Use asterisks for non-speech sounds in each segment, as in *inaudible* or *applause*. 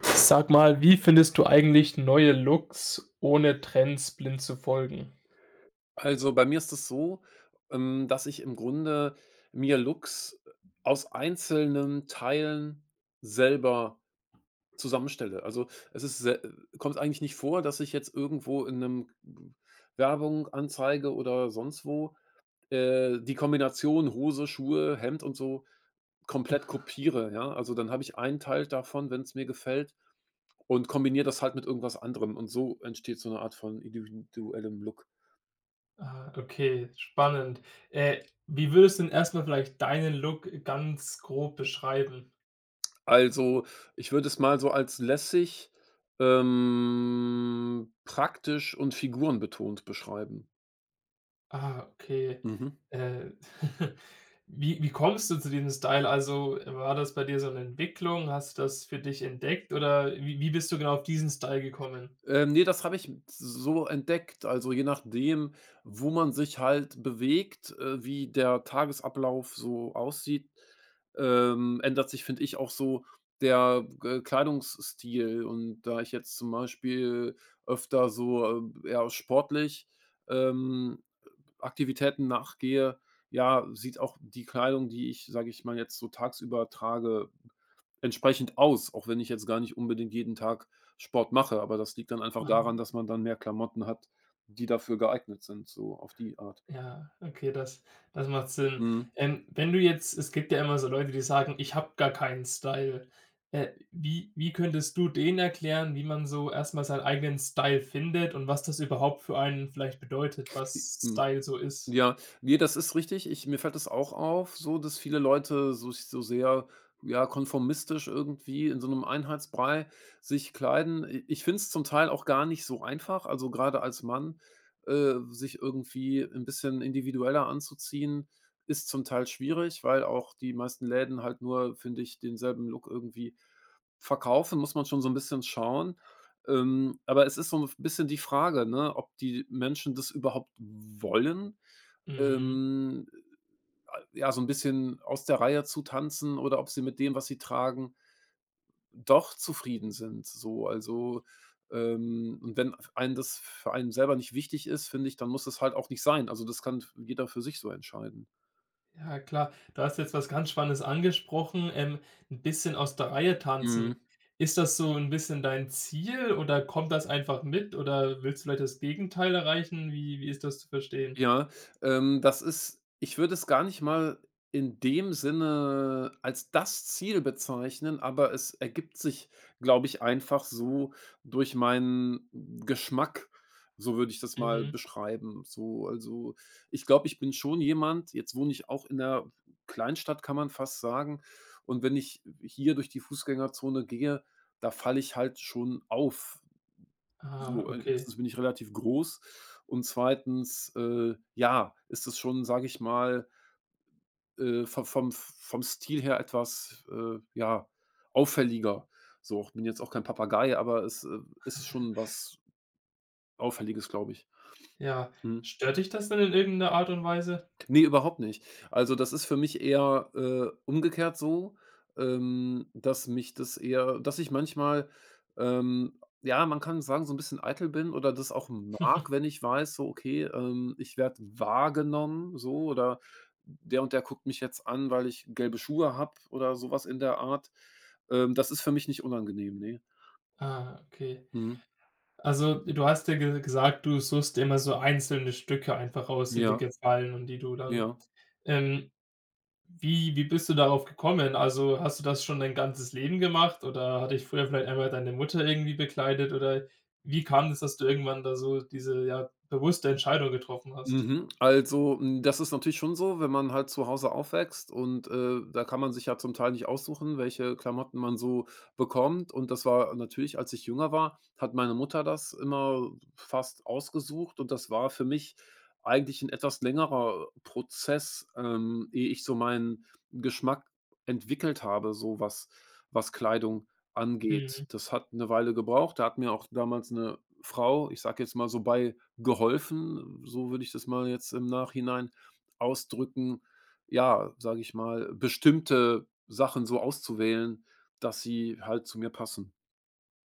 Sag mal, wie findest du eigentlich neue Looks, ohne Trends blind zu folgen? Also, bei mir ist es so, dass ich im Grunde mir Looks aus einzelnen Teilen selber zusammenstelle. Also, es ist se kommt eigentlich nicht vor, dass ich jetzt irgendwo in einem Werbung, Anzeige oder sonst wo, die Kombination Hose, Schuhe, Hemd und so komplett kopiere, ja? Also, dann habe ich einen Teil davon, wenn es mir gefällt und kombiniere das halt mit irgendwas anderem, und so entsteht so eine Art von individuellem Look. Ah, okay, spannend. Äh, Wie würdest du denn erstmal vielleicht deinen Look ganz grob beschreiben? Also, ich würde es mal so als lässig, praktisch und figurenbetont beschreiben. Ah, okay. Mhm. Äh, *laughs* wie kommst du zu diesem Style? Also, war das bei dir so eine Entwicklung? Hast du das für dich entdeckt oder wie bist du genau auf diesen Style gekommen? Ne, das habe ich so entdeckt. Also, je nachdem, wo man sich halt bewegt, wie der Tagesablauf so aussieht, ändert sich, finde ich, auch so der G Kleidungsstil. Und da ich jetzt zum Beispiel öfter so, eher sportlich, ähm Aktivitäten nachgehe, ja, sieht auch die Kleidung, die ich, sage ich mal, jetzt so tagsüber trage, entsprechend aus, auch wenn ich jetzt gar nicht unbedingt jeden Tag Sport mache. Aber das liegt dann einfach daran, Ah. dass man dann mehr Klamotten hat, die dafür geeignet sind, so auf die Art. Ja, okay, das macht Sinn. Mhm. Wenn du jetzt es gibt ja immer so Leute, die sagen: „Ich habe gar keinen Style.“ Wie könntest du denen erklären, wie man so erstmal seinen eigenen Style findet und was das überhaupt für einen vielleicht bedeutet, was Mhm. Style so ist? Ja, ne, das ist richtig. Ich Mir fällt das auch auf, so, dass viele Leute so so sehr, ja, konformistisch irgendwie in so einem Einheitsbrei sich kleiden. I ich finde es zum Teil auch gar nicht so einfach, also, gerade als Mann, sich irgendwie ein bisschen individueller anzuziehen, ist zum Teil schwierig, weil auch die meisten Läden halt nur, finde ich, denselben Look irgendwie verkaufen. Muss man schon so ein bisschen schauen. Aber es ist so ein bisschen die Frage, ne, ob die Menschen das überhaupt wollen, Mhm. ähm, ja, so ein bisschen aus der Reihe zu tanzen oder ob sie mit dem, was sie tragen, doch zufrieden sind so. Also, und wenn f einen das für einen selber nicht wichtig ist, finde ich, dann muss es halt auch nicht sein. Also, das kann jeder für sich so entscheiden. Ja klar, du hast jetzt was ganz Spannendes angesprochen, 'n bisschen aus der Reihe Mhm. tanzen. Ist das so ein bisschen dein Ziel oder kommt das einfach mit oder willst du vielleicht das Gegenteil erreichen? Wie ist das zu verstehen? Ja, das ist, ich würde es gar nicht mal in dem Sinne als das Ziel bezeichnen, aber es ergibt sich, glaube ich, einfach so durch meinen Geschmack. So würde ich das mal Mhm. beschreiben. So, also, ich glaube, ich bin schon jemand, jetzt wohne ich auch in der Kleinstadt, kann man fast sagen. Und wenn ich hier durch die Fußgängerzone gehe, da falle ich halt schon auf. Ah, So, okay. 1. bin ich relativ groß und zweitens, ja, ist es schon, sage ich mal, vo vom vom Stil her etwas, ja, auffälliger. So, ich bin jetzt auch kein Papagei, aber es ist schon was Auffälliges, glaube ich. Ja. Mhm. Stört dich das denn in irgendeiner Art und Weise? Ne, überhaupt nicht. Also, das ist für mich eher, umgekehrt so, dass mich das eher, dass ich manchmal, ja, man kann sagen, so ein bisschen eitel bin oder das auch mag, wenn *laughs* ich weiß, so: „Okay, ich werde wahrgenommen“, so oder „der und der guckt mich jetzt an, weil ich gelbe Schuhe habe“ oder sowas in der Art. Das ist für mich nicht unangenehm, ne. Ah, okay. Mhm. Also, du hast ja ge gesagt, du suchst dir immer so einzelne Stücke einfach raus, die dir Ja, gefallen und die du dann ja. ähm, wie bist du darauf gekommen? Also, hast du das schon dein ganzes Leben gemacht oder hat dich früher vielleicht einmal deine Mutter irgendwie bekleidet oder wie kam es, dass du irgendwann da so diese, ja, bewusste Entscheidung getroffen hast? Mhm. Also, hm, das ist natürlich schon so, wenn man halt zu Hause aufwächst und, da kann man sich ja zum Teil nicht aussuchen, welche Klamotten man so bekommt. Und das war natürlich, als ich jünger war, hat meine Mutter das immer fast ausgesucht, und das war für mich eigentlich ein etwas längerer Prozess, ehe ich so meinen Geschmack entwickelt habe, so was Kleidung angeht. Mhm. Das hat eine Weile gebraucht. Da hat mir auch damals eine Frau, ich sage jetzt mal so, bei geholfen, so würde ich das mal jetzt im Nachhinein ausdrücken, ja, sage ich mal, bestimmte Sachen so auszuwählen, dass sie halt zu mir passen.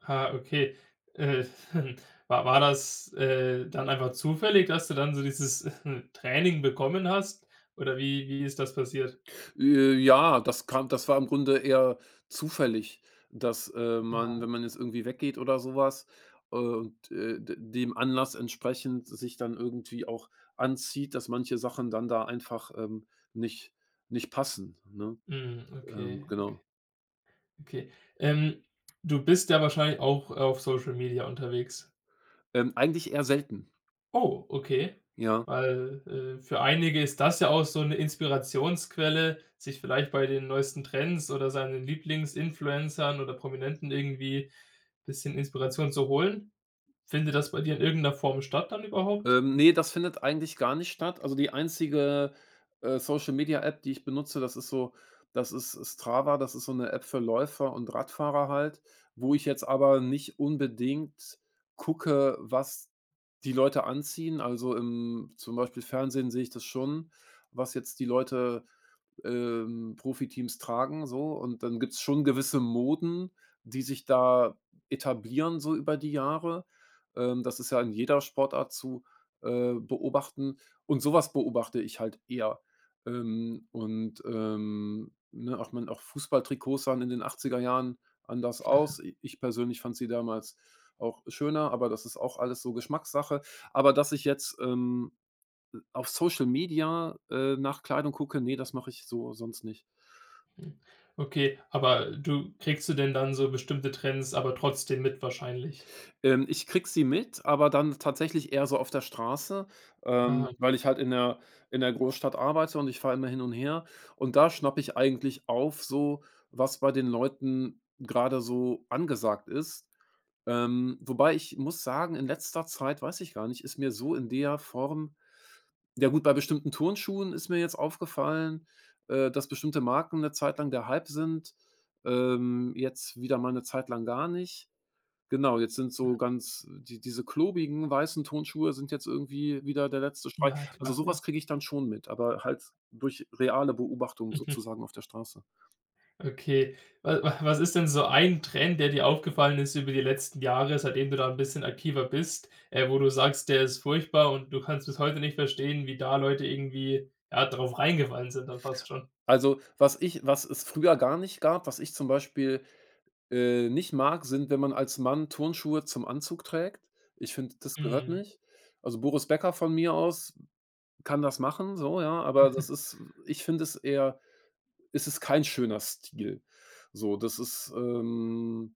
Ah, okay. Äh, *laughs* war das, dann einfach zufällig, dass du dann so dieses *laughs* Training bekommen hast? Oder wie ist das passiert? Ja, das kam, das war im Grunde eher zufällig, dass, man, Ah, wenn man jetzt irgendwie weggeht oder sowas und, d dem Anlass entsprechend sich dann irgendwie auch anzieht, dass manche Sachen dann da einfach, nicht nicht passen, ne? mhm, okay, Genau. okay. Ähm, Du bist ja wahrscheinlich auch auf Social Media unterwegs. Eigentlich eher selten, Oh, okay. ja. Weil, für einige ist das ja auch so eine Inspirationsquelle, sich vielleicht bei den neuesten Trends oder seinen Lieblingsinfluencern oder Prominenten irgendwie ein bisschen Inspiration zu holen. Findet das bei dir in irgendeiner Form statt dann überhaupt? Ne, das findet eigentlich gar nicht statt. Also, die einzige, Social-Media-App, die ich benutze, das ist Strava, das ist so eine App für Läufer und Radfahrer halt, wo ich jetzt aber nicht unbedingt gucke, was die Leute anziehen. Also, im zum Beispiel Fernsehen sehe ich das schon, was jetzt die Leute, Profiteams tragen so, und dann gibt's schon gewisse Moden, die sich da etablieren so über die Jahre. Das ist ja in jeder Sportart zu beobachten. Und sowas beobachte ich halt eher. Ne, auch man auch Fußballtrikots sahen in den 80er Jahren anders aus. I ich persönlich fand sie damals auch schöner, aber das ist auch alles so Geschmackssache. Aber dass ich jetzt, auf Social Media, nach Kleidung gucke, nee, das mache ich so sonst nicht. Hm. Okay, aber du kriegst du denn dann so bestimmte Trends aber trotzdem mit wahrscheinlich? Ich kriege sie mit, aber dann tatsächlich eher so auf der Straße, Ah, weil okay. ich halt in der Großstadt arbeite und ich fahre immer hin und her. Und da schnappe ich eigentlich auf, so was bei den Leuten gerade so angesagt ist. Wobei ich muss sagen, in letzter Zeit, weiß ich gar nicht, ist mir so in der Form, ja gut, bei bestimmten Turnschuhen ist mir jetzt aufgefallen, dass bestimmte Marken eine Zeit lang der Hype sind, jetzt wieder mal eine Zeit lang gar nicht. Genau, jetzt sind so ganz, die diese klobigen weißen Turnschuhe sind jetzt irgendwie wieder der letzte Schrei. Ja, Also, klar, ja. sowas kriege ich dann schon mit, aber halt durch reale Beobachtung Mhm. sozusagen auf der Straße. Okay. Wa wa was ist denn so ein Trend, der dir aufgefallen ist über die letzten Jahre, seitdem du da 'n bisschen aktiver bist, wo du sagst, der ist furchtbar und du kannst bis heute nicht verstehen, wie da Leute irgendwie, ja, drauf reingefallen sind dann fast schon? Also, was ich, was es früher gar nicht gab, was ich zum Beispiel, nicht mag, sind, wenn man als Mann Turnschuhe zum Anzug trägt. Ich finde, das gehört Mhm. nicht. Also, Boris Becker von mir aus kann das machen, so, ja, aber das ist, ich finde es eher, es ist kein schöner Stil. So, das ist, ähm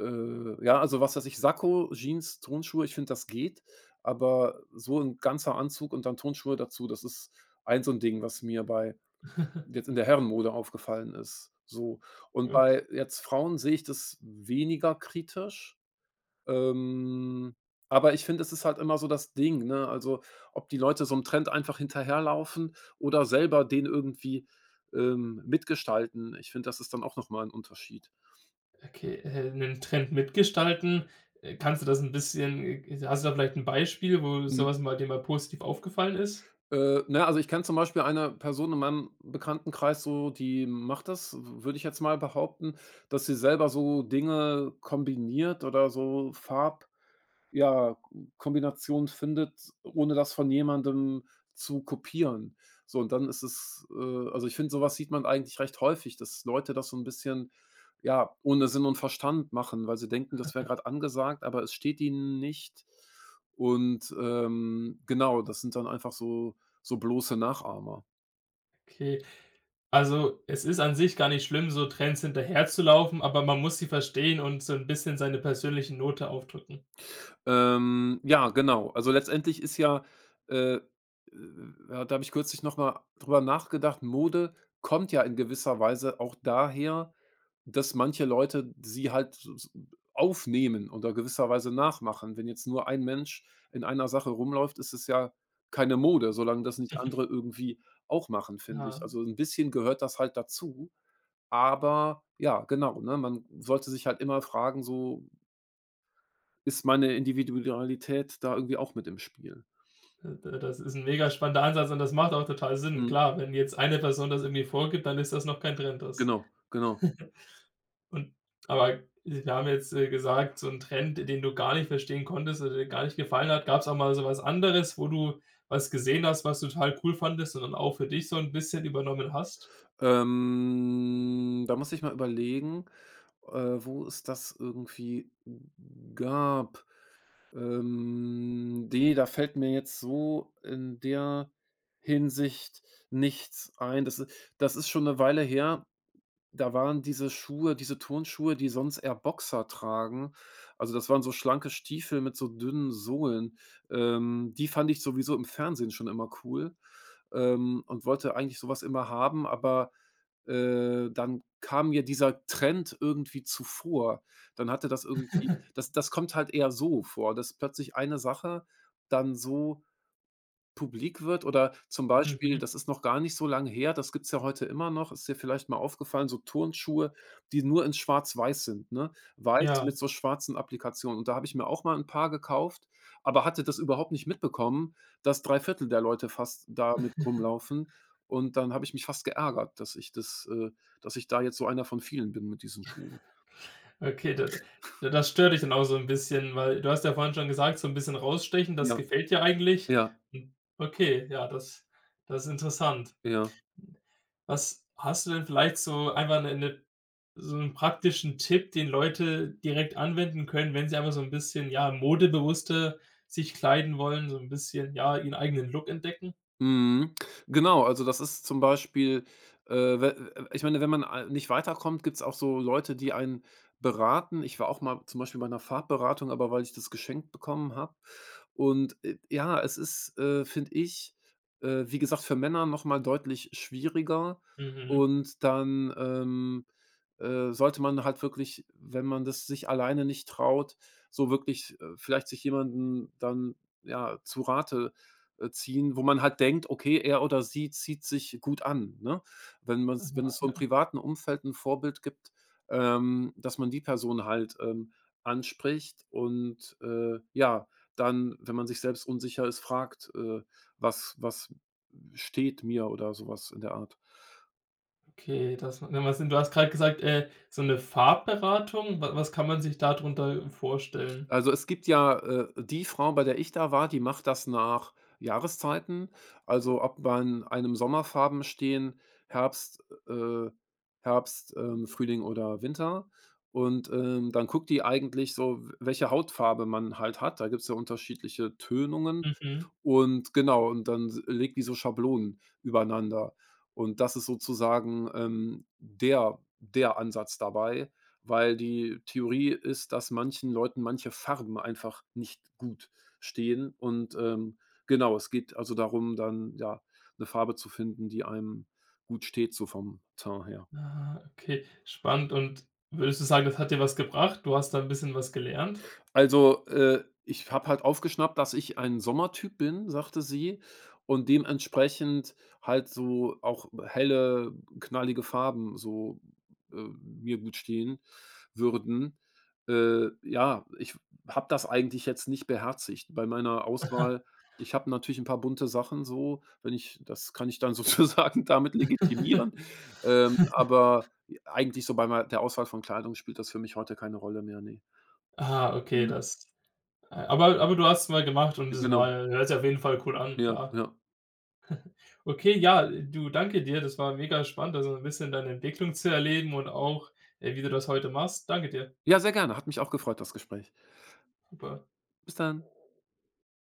Äh, ja, also, was weiß ich, Sakko, Jeans, Turnschuhe, ich finde, das geht, aber so 'n ganzer Anzug und dann Turnschuhe dazu, das ist ein so 'n Ding, was mir bei jetzt *laughs* in der Herrenmode aufgefallen ist, so. Und Okay. bei jetzt Frauen sehe ich das weniger kritisch, ähm, aber ich finde, es ist halt immer so das Ding, ne? Also, ob die Leute so 'm Trend einfach hinterherlaufen oder selber den irgendwie, mitgestalten. Ich finde, das ist dann auch noch mal 'n Unterschied. Okay, 'nen Trend mitgestalten. Kannst du das ein bisschen hast du da vielleicht ein Beispiel, wo Hm. sowas mal dir mal positiv aufgefallen ist? Na, also ich kenne zum Beispiel eine Person in meinem Bekanntenkreis so, die macht das, würde ich jetzt mal behaupten, dass sie selber so Dinge kombiniert oder so Farb ja, Kombination findet, ohne das von jemandem zu kopieren. So, und dann ist es also, ich finde, sowas sieht man eigentlich recht häufig, dass Leute das so ein bisschen, ja, ohne Sinn und Verstand machen, weil sie denken, das wäre gerade angesagt, aber es steht ihnen nicht. Und, genau, das sind dann einfach so so bloße Nachahmer. Okay, also, es ist an sich gar nicht schlimm, so Trends hinterherzulaufen, aber man muss sie verstehen und so ein bisschen seine persönliche Note aufdrücken. Ja, genau. Also, letztendlich ist ja, äh, äh, ja, da habe ich kürzlich noch mal drüber nachgedacht, Mode kommt ja in gewisser Weise auch daher, dass manche Leute sie halt s s aufnehmen oder gewisserweise nachmachen. Wenn jetzt nur ein Mensch in einer Sache rumläuft, ist es ja keine Mode, solange das nicht andere irgendwie auch machen, finde ich. Ja, Also, ein bisschen gehört das halt dazu, aber ja, genau, ne, man sollte sich halt immer fragen, so: Ist meine Individualität da irgendwie auch mit im Spiel? d das ist ein mega spannender Ansatz und das macht auch total Sinn. Mhm, Klar, wenn jetzt eine Person das irgendwie vorgibt, dann ist das noch kein Trend. Das. genau, genau. Und aber wir haben jetzt, gesagt, so ein Trend, den du gar nicht verstehen konntest oder dir gar nicht gefallen hat. Gab es auch mal so was anderes, wo du was gesehen hast, was du total cool fandest und dann auch für dich so ein bisschen übernommen hast? Da muss ich mal überlegen, äh, wo es das irgendwie gab. Ne, da fällt mir jetzt so in der Hinsicht nichts ein. Das ist schon eine Weile her. Da waren diese Schuhe, diese Turnschuhe, die sonst eher Boxer tragen. Also, das waren so schlanke Stiefel mit so dünnen Sohlen. Die fand ich sowieso im Fernsehen schon immer cool, und wollte eigentlich sowas immer haben, aber, dann kam mir dieser Trend irgendwie zuvor. Dann hatte das irgendwie, das kommt halt eher so vor, dass plötzlich eine Sache dann so publik wird, oder zum Beispiel, Mhm. das ist noch gar nicht so lange her, das gibt's ja heute immer noch, ist dir vielleicht mal aufgefallen, so Turnschuhe, die nur in schwarz-weiß sind, ne? Weiß Ja, mit so schwarzen Applikationen. Und da habe ich mir auch mal ein Paar gekauft, aber hatte das überhaupt nicht mitbekommen, dass drei Viertel der Leute fast damit rumlaufen. Und dann habe ich mich fast geärgert, dass ich das, dass ich da jetzt so einer von vielen bin mit diesen Schuhen. okay, da das stört dich dann auch so ein bisschen, weil du hast ja vorhin schon gesagt, so ein bisschen rausstechen, Mhm. das Ja, gefällt dir eigentlich. ja, Hm, okay, ja, das ist interessant. ja. Was hast du denn vielleicht so einfach 'ne so 'n praktischen Tipp, den Leute direkt anwenden können, wenn sie einfach so ein bisschen, ja, modebewusster sich kleiden wollen, so ein bisschen, ja, ihren eigenen Look entdecken? Mhm. Genau, also das ist zum Beispiel, we ich meine, wenn man a nicht weiterkommt, gibt es auch so Leute, die einen beraten. Ich war auch mal zum Beispiel bei einer Farbberatung, aber weil ich das geschenkt bekommen habe. Und, ja, es ist, finde ich, wie gesagt, für Männer noch mal deutlich schwieriger. Mhm, Und dann, sollte man halt wirklich, wenn man das sich alleine nicht traut, so wirklich, vielleicht sich jemanden dann, ja, zu Rate ziehen, wo man halt denkt: „Okay, er oder sie zieht sich gut an“, ne? Wenn man, wenn es so im privaten Umfeld ein Vorbild gibt, dass man die Person halt, anspricht und, ja, dann, wenn man sich selbst unsicher ist, fragt, was steht mir?“ oder sowas in der Art. okay, das w was denn du hast gerade gesagt, so eine Farbberatung. Wa Was kann man sich darunter vorstellen? Also, es gibt ja, die Frau, bei der ich da war, die macht das nach Jahreszeiten. Also, ob man einem Sommerfarben stehen, Herbst, Herbst, Frühling oder Winter. Und, dann guckt die eigentlich so, welche Hautfarbe man halt hat. Da gibt's ja unterschiedliche Tönungen. Mhm. Und genau, und dann s legt die so Schablonen übereinander. Und das ist sozusagen, der Ansatz dabei, weil die Theorie ist, dass manchen Leuten manche Farben einfach nicht gut stehen. Und, genau, es geht also darum, dann, ja, eine Farbe zu finden, die einem gut steht so vom Teint her. Ah, okay, spannend. Und würdest du sagen, das hat dir was gebracht? Du hast da ein bisschen was gelernt? Also, ich habe halt aufgeschnappt, dass ich ein Sommertyp bin, sagte sie, und dementsprechend halt so auch helle, knallige Farben so, mir gut stehen würden. Ja, ich habe das eigentlich jetzt nicht beherzigt bei meiner Auswahl. Ich habe natürlich ein paar bunte Sachen so, wenn ich, das kann ich dann *laughs* sozusagen damit legitimieren. Aber eigentlich so bei mei der Auswahl von Kleidung spielt das für mich heute keine Rolle mehr, ne. Ah, okay, Mhm. das aber du hast es mal gemacht und es Genau. war hört sich auf jeden Fall cool an, Ja, klar. ja. Okay, ja, du, danke dir. Das war mega spannend, also ein bisschen deine Entwicklung zu erleben und auch, wie du das heute machst. Danke dir. Ja, sehr gerne. Hat mich auch gefreut, das Gespräch. Super. Bis dann.